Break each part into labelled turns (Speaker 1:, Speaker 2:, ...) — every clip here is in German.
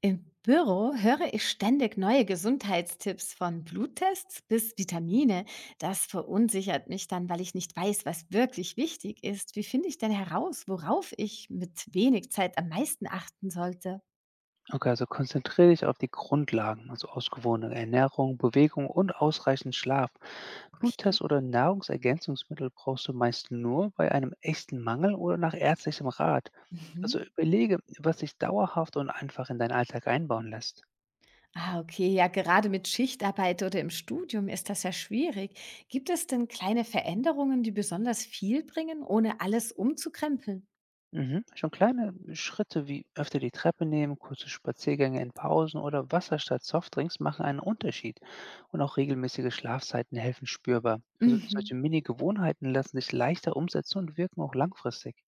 Speaker 1: Im Büro höre ich ständig neue Gesundheitstipps von Bluttests bis Vitamine. Das verunsichert mich dann, weil ich nicht weiß, was wirklich wichtig ist. Wie finde ich denn heraus, worauf ich mit wenig Zeit am meisten achten sollte?
Speaker 2: Okay, also konzentriere dich auf die Grundlagen, also ausgewogene Ernährung, Bewegung und ausreichend Schlaf.
Speaker 1: Okay.
Speaker 2: Bluttests oder Nahrungsergänzungsmittel brauchst du meist nur bei einem echten Mangel oder nach ärztlichem Rat. Also
Speaker 1: Mhm.
Speaker 2: überlege, was sich dauerhaft und einfach in deinen Alltag einbauen lässt.
Speaker 1: Ah, okay. Ja, gerade mit Schichtarbeit oder im Studium ist das ja schwierig. Gibt es denn kleine Veränderungen, die besonders viel bringen, ohne alles umzukrempeln?
Speaker 2: Mhm. Schon kleine Schritte wie öfter die Treppe nehmen, kurze Spaziergänge in Pausen oder Wasser statt Softdrinks machen einen Unterschied. Und auch regelmäßige Schlafzeiten helfen spürbar. Also solche
Speaker 1: Mhm.
Speaker 2: Mini-Gewohnheiten lassen sich leichter umsetzen und wirken auch langfristig.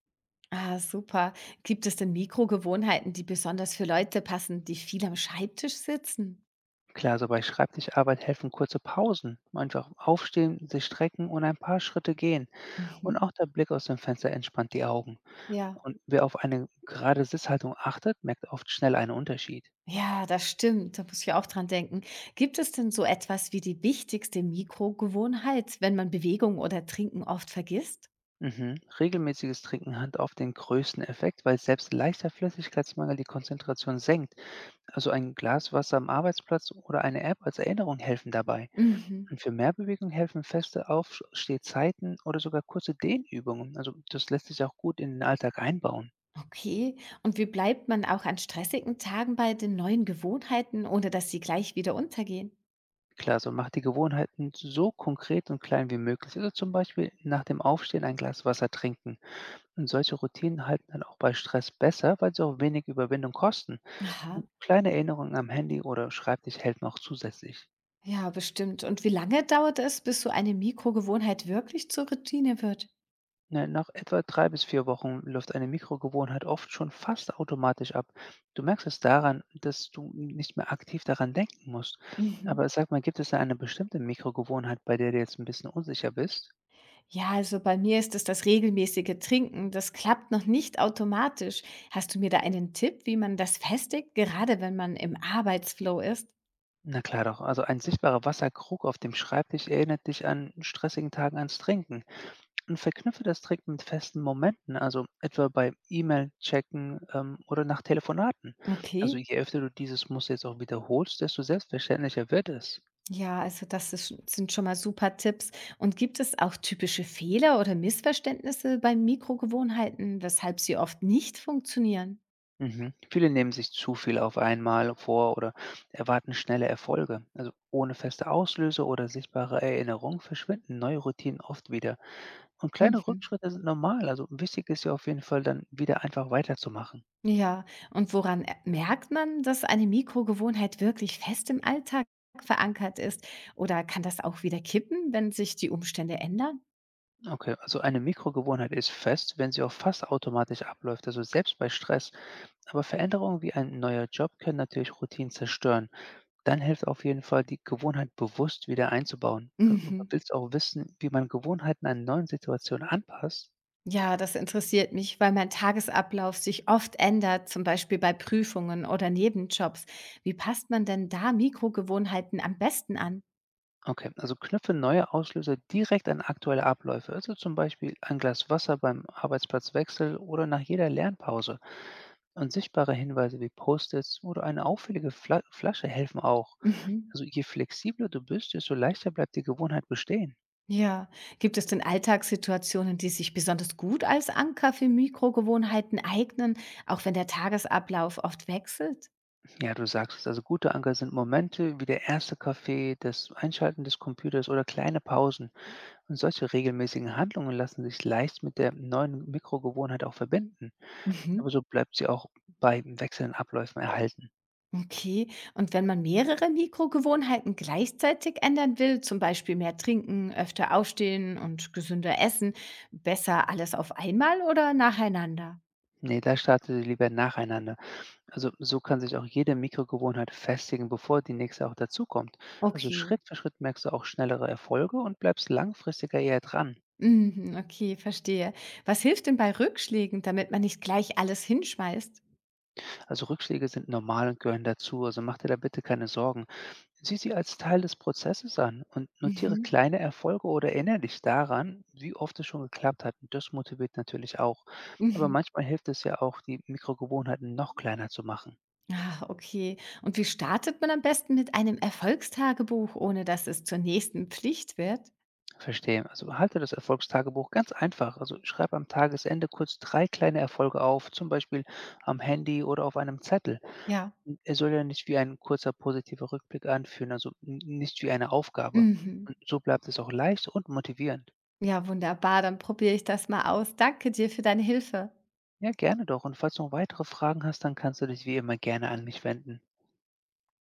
Speaker 1: Ah, super. Gibt es denn Mikrogewohnheiten, die besonders für Leute passen, die viel am Schreibtisch sitzen?
Speaker 2: Klar, so bei Schreibtischarbeit helfen kurze Pausen. Einfach aufstehen, sich strecken und ein paar Schritte gehen. Und
Speaker 1: Mhm.
Speaker 2: auch der Blick aus dem Fenster entspannt die Augen.
Speaker 1: Ja.
Speaker 2: Und wer auf eine gerade Sitzhaltung achtet, merkt oft schnell einen Unterschied.
Speaker 1: Ja, das stimmt. Da muss ich auch dran denken. Gibt es denn so etwas wie die wichtigste Mikrogewohnheit, wenn man Bewegung oder Trinken oft vergisst?
Speaker 2: Mhm. Regelmäßiges Trinken hat oft den größten Effekt, weil selbst leichter Flüssigkeitsmangel die Konzentration senkt. Also ein Glas Wasser am Arbeitsplatz oder eine App als Erinnerung helfen dabei.
Speaker 1: Mhm.
Speaker 2: Und für mehr Bewegung helfen feste Aufstehzeiten oder sogar kurze Dehnübungen. Also das lässt sich auch gut in den Alltag einbauen.
Speaker 1: Okay. Und wie bleibt man auch an stressigen Tagen bei den neuen Gewohnheiten, ohne dass sie gleich wieder untergehen?
Speaker 2: Klar, so macht die Gewohnheiten so konkret und klein wie möglich. Also zum Beispiel nach dem Aufstehen ein Glas Wasser trinken. Und solche Routinen halten dann auch bei Stress besser, weil sie auch wenig Überwindung kosten.
Speaker 1: Aha.
Speaker 2: Kleine Erinnerungen am Handy oder Schreibtisch helfen auch zusätzlich.
Speaker 1: Ja, bestimmt. Und wie lange dauert es, bis so eine Mikrogewohnheit wirklich zur Routine wird?
Speaker 2: Na, nach etwa 3 bis 4 Wochen läuft eine Mikrogewohnheit oft schon fast automatisch ab. Du merkst es daran, dass du nicht mehr aktiv daran denken musst.
Speaker 1: Mhm.
Speaker 2: Aber sag mal, gibt es da eine bestimmte Mikrogewohnheit, bei der du jetzt ein bisschen unsicher bist?
Speaker 1: Ja, also bei mir ist es das regelmäßige Trinken. Das klappt noch nicht automatisch. Hast du mir da einen Tipp, wie man das festigt, gerade wenn man im Arbeitsflow ist?
Speaker 2: Na klar doch, also ein sichtbarer Wasserkrug auf dem Schreibtisch erinnert dich an stressigen Tagen ans Trinken. Und verknüpfe das Trick mit festen Momenten, also etwa bei E-Mail-Checken oder nach Telefonaten. Also
Speaker 1: Okay.
Speaker 2: je öfter du dieses Muster jetzt auch wiederholst, desto selbstverständlicher wird es.
Speaker 1: Ja, also das ist, sind schon mal super Tipps. Und gibt es auch typische Fehler oder Missverständnisse bei Mikrogewohnheiten, weshalb sie oft nicht funktionieren?
Speaker 2: Mhm. Viele nehmen sich zu viel auf einmal vor oder erwarten schnelle Erfolge. Also ohne feste Auslöse oder sichtbare Erinnerung verschwinden neue Routinen oft wieder. Und kleine
Speaker 1: Mhm.
Speaker 2: Rückschritte sind normal. Also wichtig ist ja auf jeden Fall dann wieder einfach weiterzumachen.
Speaker 1: Ja, und woran merkt man, dass eine Mikrogewohnheit wirklich fest im Alltag verankert ist? Oder kann das auch wieder kippen, wenn sich die Umstände ändern?
Speaker 2: Okay, also eine Mikrogewohnheit ist fest, wenn sie auch fast automatisch abläuft. Also selbst bei Stress. Aber Veränderungen wie ein neuer Job können natürlich Routinen zerstören. Dann hilft auf jeden Fall, die Gewohnheit bewusst wieder einzubauen. Du
Speaker 1: Mhm.
Speaker 2: willst auch wissen, wie man Gewohnheiten an neuen Situationen anpasst?
Speaker 1: Ja, das interessiert mich, weil mein Tagesablauf sich oft ändert, zum Beispiel bei Prüfungen oder Nebenjobs. Wie passt man denn da Mikrogewohnheiten am besten an?
Speaker 2: Okay, also knüpfe neue Auslöser direkt an aktuelle Abläufe, also zum Beispiel ein Glas Wasser beim Arbeitsplatzwechsel oder nach jeder Lernpause. Und sichtbare Hinweise wie Post-its oder eine auffällige Flasche helfen auch.
Speaker 1: Mhm.
Speaker 2: Also je flexibler du bist, desto leichter bleibt die Gewohnheit bestehen.
Speaker 1: Ja, gibt es denn Alltagssituationen, die sich besonders gut als Anker für Mikrogewohnheiten eignen, auch wenn der Tagesablauf oft wechselt?
Speaker 2: Ja, du sagst es. Also gute Anker sind Momente wie der erste Kaffee, das Einschalten des Computers oder kleine Pausen. Und solche regelmäßigen Handlungen lassen sich leicht mit der neuen Mikrogewohnheit auch verbinden. Aber
Speaker 1: Mhm.
Speaker 2: so bleibt sie auch bei wechselnden Abläufen erhalten.
Speaker 1: Okay, und wenn man mehrere Mikrogewohnheiten gleichzeitig ändern will, zum Beispiel mehr trinken, öfter aufstehen und gesünder essen, besser alles auf einmal oder nacheinander?
Speaker 2: Nee, da startet sie lieber nacheinander. Also so kann sich auch jede Mikrogewohnheit festigen, bevor die nächste auch dazukommt. Also
Speaker 1: Okay.
Speaker 2: Schritt für Schritt merkst du auch schnellere Erfolge und bleibst langfristiger eher dran.
Speaker 1: Mhm, okay, verstehe. Was hilft denn bei Rückschlägen, damit man nicht gleich alles hinschmeißt?
Speaker 2: Also Rückschläge sind normal und gehören dazu. Also mach dir da bitte keine Sorgen. Sieh sie als Teil des Prozesses an und notiere
Speaker 1: Mhm.
Speaker 2: kleine Erfolge oder erinnere dich daran, wie oft es schon geklappt hat. Und das motiviert natürlich auch. Aber
Speaker 1: Mhm.
Speaker 2: manchmal hilft es ja auch, die Mikrogewohnheiten noch kleiner zu machen.
Speaker 1: Ah, okay. Und wie startet man am besten mit einem Erfolgstagebuch, ohne dass es zur nächsten Pflicht wird?
Speaker 2: Verstehe. Also halte das Erfolgstagebuch ganz einfach. Also schreib am Tagesende kurz drei kleine Erfolge auf, zum Beispiel am Handy oder auf einem Zettel.
Speaker 1: Ja.
Speaker 2: Und er soll ja nicht wie ein kurzer positiver Rückblick anfühlen, also nicht wie eine Aufgabe.
Speaker 1: Mhm.
Speaker 2: Und so bleibt es auch leicht und motivierend.
Speaker 1: Ja, wunderbar, dann probiere ich das mal aus. Danke dir für deine Hilfe.
Speaker 2: Ja, gerne doch. Und falls du noch weitere Fragen hast, dann kannst du dich wie immer gerne an mich wenden.